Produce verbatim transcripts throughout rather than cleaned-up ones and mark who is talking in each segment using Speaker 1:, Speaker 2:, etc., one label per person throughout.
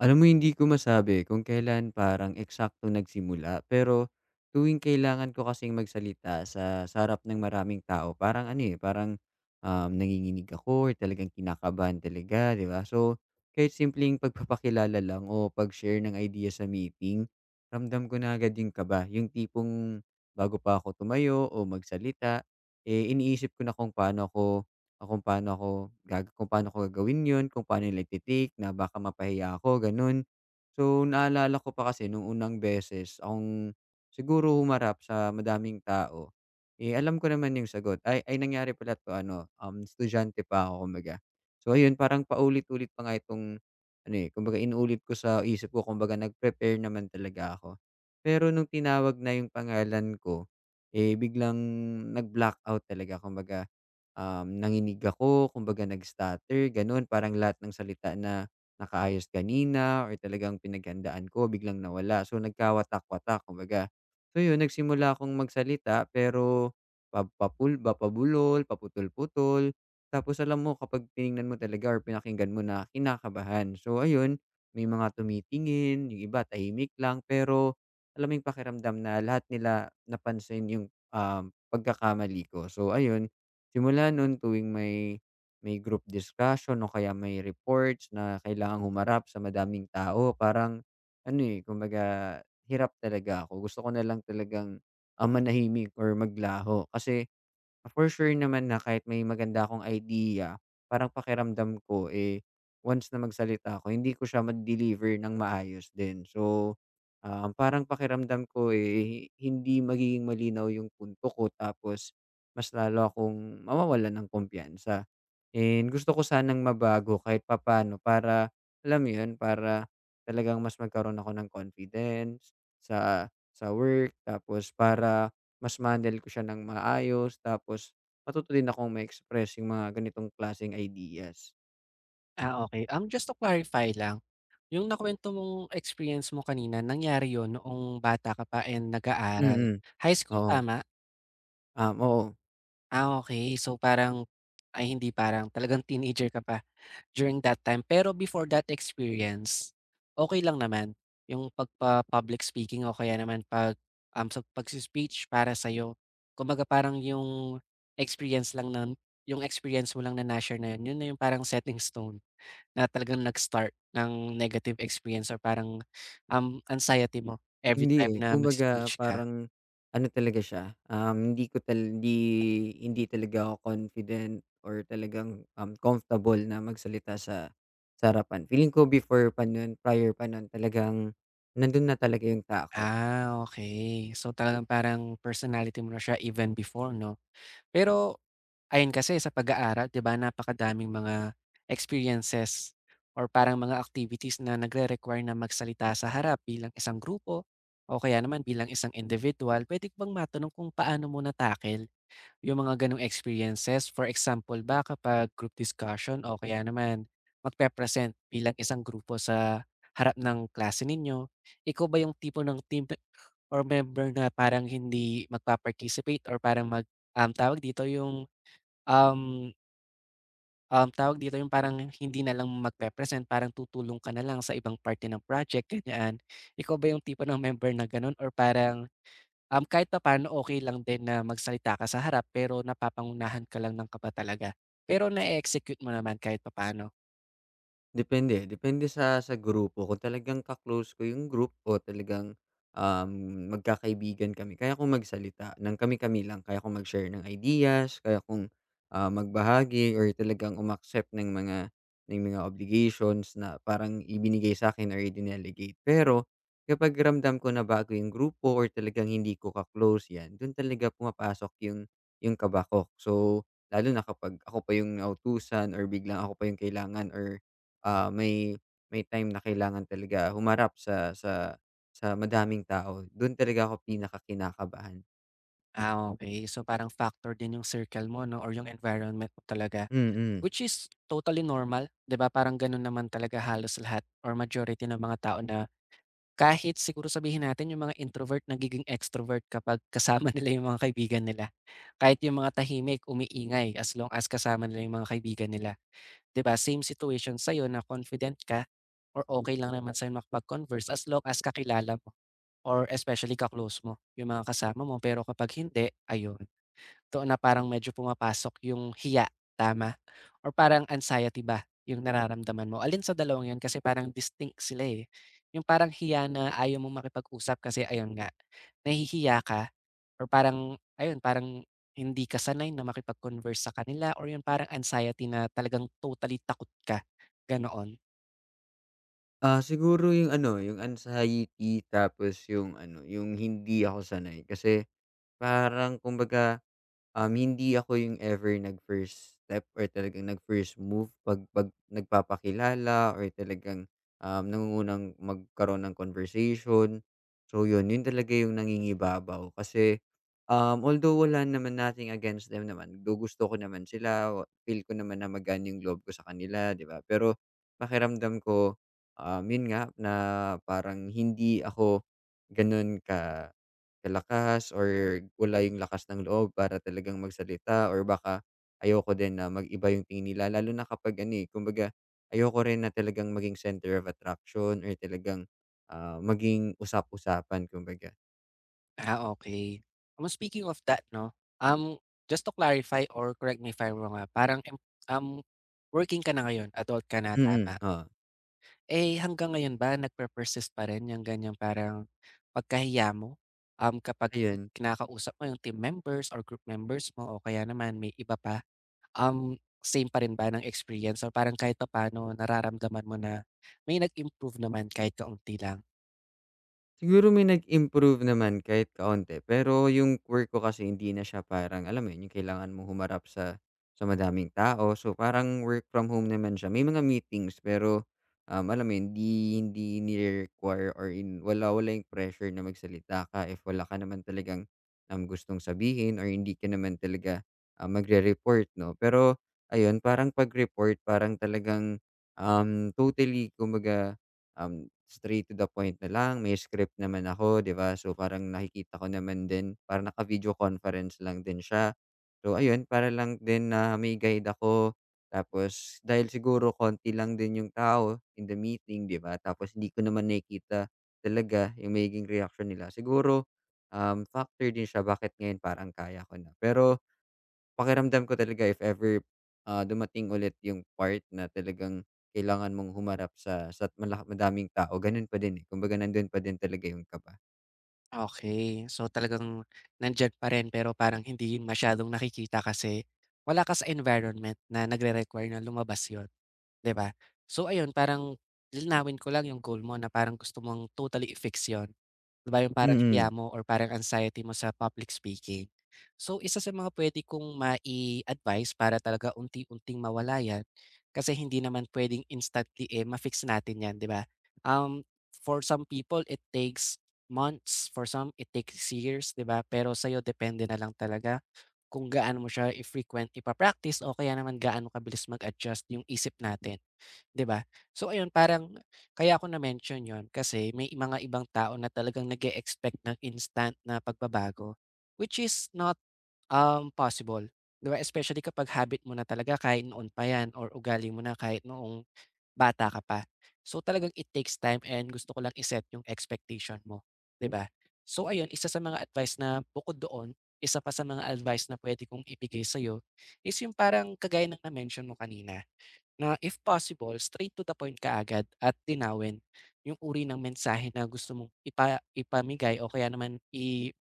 Speaker 1: Alam mo hindi ko masabi kung kailan parang eksakto nagsimula, pero tuwing kailangan ko kasing magsalita sa sa harap ng maraming tao parang ano, eh, parang, um, nanginginig ako or talagang kinakabahan talaga, 'di ba? So, kahit simpleng pagpapakilala lang o pag-share ng idea sa meeting, ramdam ko na agad yung kaba. Yung tipong bago pa ako tumayo o magsalita, eh, iniisip ko na kung paano ako Ah, kung paano ako gag kung paano ko gagawin 'yun, kung paano nila iti-take na baka mapahiya ako, gano'n. So, naalala ko pa kasi nung unang beses akong siguro humarap sa madaming tao, eh, alam ko naman 'yung sagot. Ay ay nangyari pala 'to ano, um, estudyante pa ako kumbaga. So, ayun parang paulit-ulit pa nga itong ano, eh, kumbaga inuulit ko sa isip ko, kumbaga nag-prepare naman talaga ako. Pero nung tinawag na 'yung pangalan ko, eh, biglang nag-blackout talaga, kumbaga um, nanginig ako, kumbaga nag-stutter, gano'n. Parang lahat ng salita na nakaayos kanina or talagang pinaghandaan ko biglang nawala. So, nagkawatak-watak, kumbaga. So, yun, nagsimula akong magsalita pero pa- papul, papabulol, paputol-putol. Tapos alam mo, kapag tiningnan mo talaga or pinakinggan mo na kinakabahan. So, ayun, may mga tumitingin, yung iba tahimik lang, pero alam mo yung pakiramdam na lahat nila napansin yung um, pagkakamali ko. So, ayun. Simula noon tuwing may may group discussion o kaya may reports na kailangang humarap sa madaming tao, parang ano, eh, kumbaga hirap talaga ako. Gusto ko na lang talagang, ah, manahimik or maglaho kasi. Ah, For sure naman na kahit may maganda akong idea, parang pakiramdam ko, eh, once na magsalita ako hindi ko siya ma-deliver ng maayos din. So, um, parang pakiramdam ko, eh, hindi magiging malinaw yung punto ko, tapos mas lalo akong mawawalan ng kumpiyansa. And gusto ko sanang mabago kahit papaano para, alam mo yun, para talagang mas magkaroon ako ng confidence sa sa work, tapos para mas ma ko siya ng maayos, tapos matuto din akong ma-express yung mga ganitong klaseng ideas.
Speaker 2: Ah, okay. Um, just to clarify lang, yung nakuwento mong experience mo kanina nangyari yon, noong bata ka pa and nag-aaral.
Speaker 1: Mm,
Speaker 2: High school,
Speaker 1: oo.
Speaker 2: tama?
Speaker 1: Um, oo.
Speaker 2: Ah, okay, so, parang ay hindi parang, talagang teenager ka pa during that time. Pero before that experience, okay lang naman yung pagpa-public speaking o kaya naman 'pag, um, sa pagse-speech para sa'yo. Kumbaga parang yung experience lang na yung experience mo lang na na-share na yun, yun na yung parang setting stone. Na talagang nag-start ng negative experience or parang, um, anxiety mo every time
Speaker 1: Hindi, eh,
Speaker 2: na
Speaker 1: kumbaga
Speaker 2: magsi-switch ka?
Speaker 1: parang ano talaga siya, um, hindi ko tal hindi hindi talaga ako confident or talagang, um, comfortable na magsalita sa sa harapan. Feeling ko before pa nun, prior pa nun talagang nandun na talaga yung takot.
Speaker 2: Ah, okay. So, talagang parang personality mo na siya even before 'no? Pero ayun kasi sa pag-aaral, 'di ba napakadaming mga experiences or parang mga activities na nagre-require na magsalita sa harap bilang isang grupo o kaya naman bilang isang individual. Puwede ko bang matanong kung paano mo na-tackle? Yung mga gano'ng experiences, for example ba kapag group discussion o kaya naman magpe-present bilang isang grupo sa harap ng klase ninyo, ikaw ba yung tipo ng team pe or member na parang hindi magpa-participate or parang mag, um, tawag dito, yung, um, um, tawag dito, yung parang hindi na lang magpe-present, parang tutulong ka na lang sa ibang parte ng project, ganyan? Ikaw ba yung tipo ng member na gano'n, or parang Um, kahit papaano okay lang din na magsalita ka sa harap pero napapangunahan ka lang ng kaba talaga. Pero na execute mo naman kahit papaano.
Speaker 1: Depende, depende sa sa grupo. Kung talagang ka-close ko yung group o talagang, um, magkakaibigan kami, kaya kong magsalita ng kami-kami lang. Kaya kong mag-share ng ideas, kaya kong, ah, magbahagi or talagang um ng mga ng mga obligations na parang ibinigay sa akin or i-dinelegate. Pero kapag ramdam ko na bago yung grupo or talagang hindi ko ka-close, 'yan, do'n talaga pumapasok yung yung kaba. So, lalo na kapag ako pa yung nautusan or biglang ako pa yung kailangan or ah, may may time na kailangan talaga humarap sa sa sa madaming tao, dun talaga ako pinakakinakabahan.
Speaker 2: Ah, okey. So parang factor din yung circle mo, 'no, or yung environment mo talaga,
Speaker 1: Mm.
Speaker 2: which is totally normal, 'di ba? Parang gano'n naman talaga halos lahat or majority ng mga tao, na kahit siguro sabihin natin yung mga introvert nagiging extrovert kapag kasama nila yung mga kaibigan nila. Kahit yung mga tahimik, umiingay, as long as kasama nila yung mga kaibigan nila. 'Di ba same situation sa'yo na confident ka or okay lang naman sa'yo makipag-converse as long as kakilala mo or especially ka-close mo yung mga kasama mo. Pero kapag hindi, ayun. Doon na parang medyo pumapasok yung hiya, tama? Or parang anxiety ba yung nararamdaman mo? Alin sa dalawang yun, kasi parang distinct sila, eh. Yung parang hiya na ayaw mong makipag-usap kasi ayun nga, nahihiya ka, or parang ayun, parang hindi ka sanay na makipag-converse sa kanila, or yung parang anxiety na talagang totally takot ka, ganoon?
Speaker 1: Ah, siguro yung ano, yung anxiety tapos yung ano, yung hindi ako sanay kasi parang kumbaga. Um, hindi ako yung ever nag-first step or talagang nag-first move 'pag 'pag nagpapakilala or talagang, um, nangungunang magkaroon ng conversation. So yun, yun talaga yung nangingibabaw kasi, um, although wala naman, nothing against them naman, do gusto ko naman sila, wa- feel ko naman na magaan yung loob ko sa kanila, 'di ba? Pero pakiramdam ko, um, yun nga na parang hindi ako ganun ka Kalakas or wala yung lakas ng loob para talagang magsalita or baka ayoko din na mag-iba yung tingin nila lalo na kapag ano, eh, kumbaga ayoko rin na talagang maging center of attraction or talagang, ah, maging usap-usapan kumbaga.
Speaker 2: Ah, okay. Um, speaking of that, 'no, um, just to clarify or correct me if I'm wrong, ah, parang, em- um, working ka na ngayon, adult ka na,
Speaker 1: Mm,
Speaker 2: tama?
Speaker 1: oo,
Speaker 2: Eh, hanggang ngayon ba nagpe-persist pa rin yung ganyang parang pagkahiya mo, um, kapag
Speaker 1: ayun.
Speaker 2: kinakausap mo yung team members or group members mo o kaya naman may iba pa, um, same pa rin ba ng experience or parang kahit pa paano nararamdaman mo na may nag-improve naman kahit kaunti lang?
Speaker 1: Siguro may nag-improve naman kahit kaunti, pero yung work ko kasi hindi na siya parang alam mo yun, yung kailangan mong humarap sa sa madaming tao. So parang work from home naman siya. May mga meetings pero um, alam mo yun, hindi hindi ni-require or in, wala wala yung pressure na magsalita ka if wala ka naman talagang um, gustong sabihin or hindi ka naman talaga ah, magre-report, no? Pero ayun, parang pag-report, parang talagang um, totally, kumbaga Um, straight to the point na lang, may script naman ako, 'di ba? So, parang nakikita ko naman din, parang naka-video conference lang din siya. So, ayun, para lang din na may guide ako. Tapos, dahil siguro konti lang din yung tao in the meeting, 'di ba? Tapos, hindi ko naman nakikita talaga yung magiging reaction nila. Siguro, um, factor din siya bakit ngayon parang kaya ko na. Pero pakiramdam ko talaga if ever, ah, dumating ulit yung part na talagang kailangan mong humarap sa sa malak, madaming tao, gano'n pa din, eh, kumbaga nando'n pa din talaga yung kaba.
Speaker 2: Okay. So, talagang nandiyan pa rin pero parang hindi yun masyadong nakikita kasi wala ka sa environment na nagre-require na lumabas yun, 'di ba? So ayun, parang linawin ko lang yung goal mo na parang gusto mong totally i-fix yun, 'di ba, yung parang hiya
Speaker 1: Mm,
Speaker 2: mo or parang anxiety mo sa public speaking. So isa sa mga puwede kong mai-advice para talaga unti-unting mawala yan, kasi hindi naman puwedeng instantly, eh, ma-fix natin yan, 'di ba? Um, for some people it takes months, for some it takes years, 'di ba? Pero sa'yo depende na lang talaga kung gaano mo siya i-frequent ipa-practice o kaya naman gaano kabilis mag-adjust yung isip natin, 'di ba? So ayun, parang kaya ako na-mention yon kasi may mga ibang tao na talagang nag-e-expect ng instant na pagbabago, which is not, um, possible, 'di ba? Especially kapag habit mo na talaga kahit noon pa 'yan or ugali mo na kahit noong bata ka pa. So talagang it takes time, and gusto ko lang i-set yung expectation mo, 'di ba? So ayun, isa sa mga advice na bukod doon, isa pa sa mga advice na puwede kong ibigay sa'yo is yung parang kagaya ng na-mention mo kanina. Na if possible, straight to the point ka agad at linawin yung uri ng mensahe na gusto mong ipa ipamigay o kaya naman i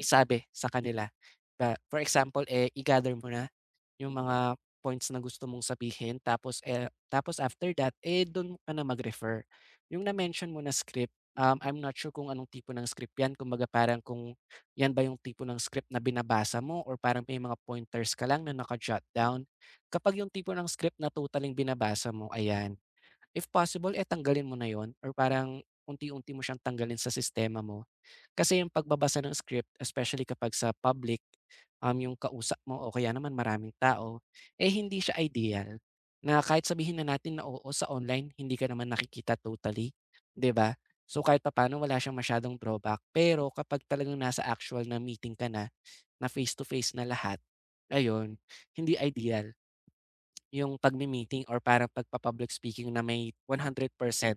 Speaker 2: Isabi sa kanila, na for example, eh, i-gather mo na yung mga points na gusto mong sabihin, tapos, eh, tapos after that, eh, dun ka na mag-refer. Yung na-mention mo na script, um, I'm not sure kung anong tipo ng script yan, kumbaga parang kung yan ba yung tipo ng script na binabasa mo or parang may mga pointers ka lang na naka-jot down? Kapag yung tipo ng script na totally binabasa mo, ayan. If possible, eh, tanggalin mo na 'yon or parang unti-unti mo siyang tanggalin sa sistema mo. Kasi yung pagbabasa ng script, especially kapag sa public, um, yung kausap mo o kaya naman maraming tao, eh, hindi siya ideal. Na kahit sabihin na natin na oo, sa online hindi ka naman nakikita totally, 'di ba? So kahit papaano wala siyang masyadong drawback. Pero kapag talagang nasa actual na meeting ka na, na face to face na lahat, ayun, hindi ideal. Yung pagme-meeting or parang pagpa-public speaking na may one hundred percent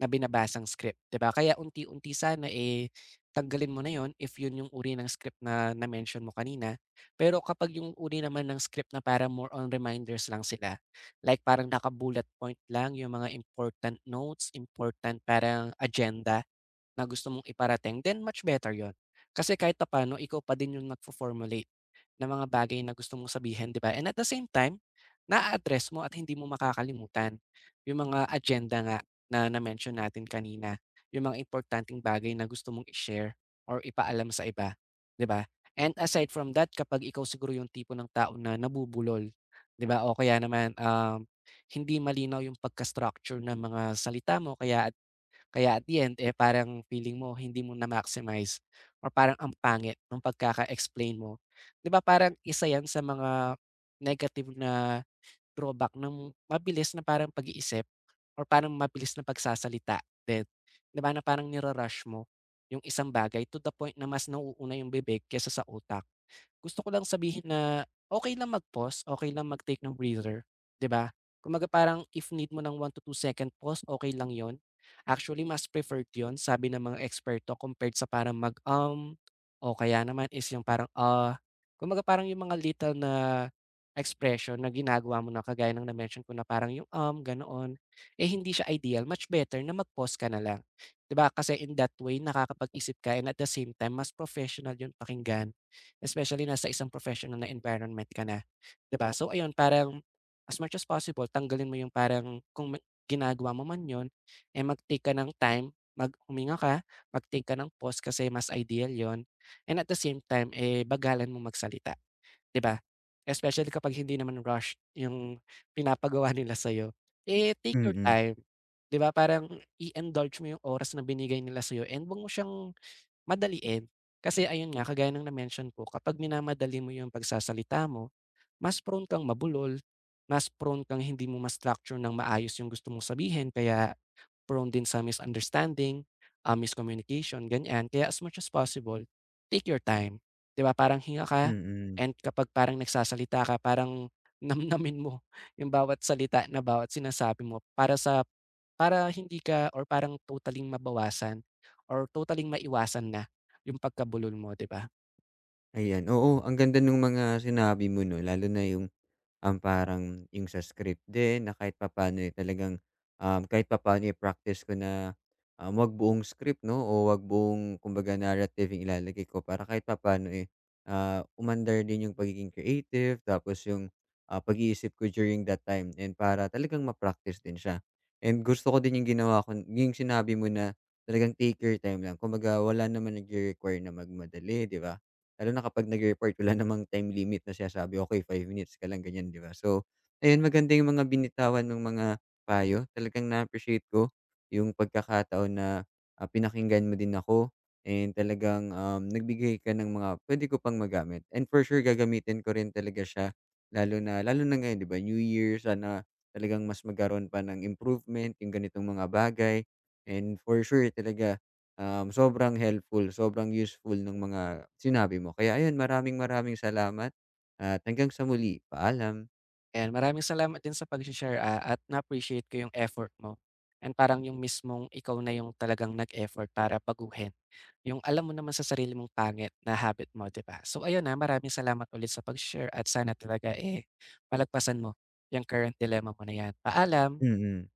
Speaker 2: na binabasang script, 'di ba? Kaya unti-unti sana, eh, tanggalin mo na 'yon if yun yung uri ng script na na-mention mo kanina. Pero kapag yung uri naman ng script na para more on reminders lang sila, like parang naka-bullet point lang yung mga important notes, important parang agenda na gusto mong iparating, then much better 'yon. Kasi kahit papaano ikaw pa din yung nagfo-formulate ng mga bagay na gusto mong sabihin, 'di ba? And at the same time, na address mo at hindi mo makakalimutan yung mga agenda nga na na-mention natin kanina, yung mga importanteng bagay na gusto mong i-share or ipaalam sa iba, 'di ba? And aside from that, kapag ikaw siguro yung tipo ng tao na nabubulol, 'di ba? O kaya naman, um, hindi malinaw yung pagka-structure ng mga salita mo, kaya kaya at the end, eh, parang feeling mo hindi mo na-maximize or parang ang pangit nung pagkaka-explain mo. 'Di ba parang isa 'yan sa mga negative na drawback ng mabilis na parang pag-iisip or parang mabilis na pagsasalita din. 'Di ba na parang nira-rush mo yung isang bagay to the point na mas nauuna yung bibig kaysa sa utak. Gusto ko lang sabihin na okay lang mag-pause, okey lang mag-take ng breather, 'di ba? Kumbaga parang if need mo ng one to two second pause, okay lang yon. Actually, mas preferred yon sabi ng mga eksperto, compared sa parang mag-um o kaya naman is yung parang, ah. Kumbaga parang yung mga little na expression na ginagawa mo na kagaya ng na-mention ko na parang yung um, ganoon, eh, hindi siya ideal, much better na mag-pause ka na lang, 'di ba? Kasi in that way nakakapag-isip ka, and at the same time mas professional yung pakinggan. Especially nasa isang professional na environment ka na, 'di ba? So ayun, parang as much as possible, tanggalin mo yung parang kung ma ginagawa mo man yun, eh, mag-take ka ng time, maghinga ka, mag-take ka ng pause, kasi mas ideal yon, and at the same time, eh, bagalan mo magsalita, 'di ba? Especially kapag hindi naman rush yung pinapagawa nila sa'yo, eh, take your
Speaker 1: mm,
Speaker 2: time, 'di ba? Parang i-indulge mo yung oras na binigay nila sa'yo, and 'wag mo siyang madaliin. Kasi ayun nga, kagaya ng na-mention ko, kapag minamadali mo yung pagsasalita mo, mas prone kang mabulol, mas prone kang hindi mo ma-structure ng maayos yung gusto mong sabihin, kaya prone din sa misunderstanding, ah, miscommunication, ganyan. Kaya as much as possible, take your time. 'Di ba, parang hinga ka,
Speaker 1: mm.
Speaker 2: and kapag parang nagsasalita ka, parang namnamin mo yung bawat salita na bawat sinasabi mo para sa para hindi ka or parang totaling mabawasan or totaling maiwasan na yung pagkabulol mo, 'di ba?
Speaker 1: Ayan, oo, ang ganda ng mga sinabi mo 'no, lalo na yung. Um, parang yung sa script din na kahit papaano, eh, talagang, um, kahit papaano i-practice ko na, um, 'wag buong script 'no o 'wag buong, kumbaga, narrative yung ilalagay ko, para kahit papaano, eh, ah, umandar din yung pagiging creative, tapos yung, ah, pag-iisip ko during that time and para talagang ma-practice din siya. And gusto ko din yung ginawa ko yung sinabi mo na talagang take your time lang, kumbaga wala naman nagre-require na magmadali, 'di ba? Lalo na kapag nag-report wala namang time limit na sinasabi, okay, five minutes ka lang, ganyan, 'di ba? So, ayun, maganda yung mga binitawan ng mga payo, talagang na-appreciate ko yung pagkakataon na, ah, pinakinggan mo din ako and talagang, um, nagbigay ka ng mga puwede ko pang magamit, and for sure gagamitin ko rin talaga siya lalo na lalo na ngayon, 'di ba, New Year, sana talagang mas magkaroon pa ng improvement yung ganitong mga bagay. And for sure talaga, Um, sobrang helpful, sobrang useful ng mga sinabi mo. Kaya ayun, maraming maraming salamat at hanggang sa muli, paalam.
Speaker 2: And maraming salamat din sa pag-share, ah, at na-appreciate ko yung effort mo. And parang yung mismong ikaw na yung talagang nag-effort para baguhin yung alam mo naman sa sarili mong pangit na habit mo, 'di ba? So ayun, na maraming salamat ulit sa pag-share, at sana talaga, eh, malagpasan mo yung current dilemma mo na yan. Paalam.
Speaker 1: Mm. mm.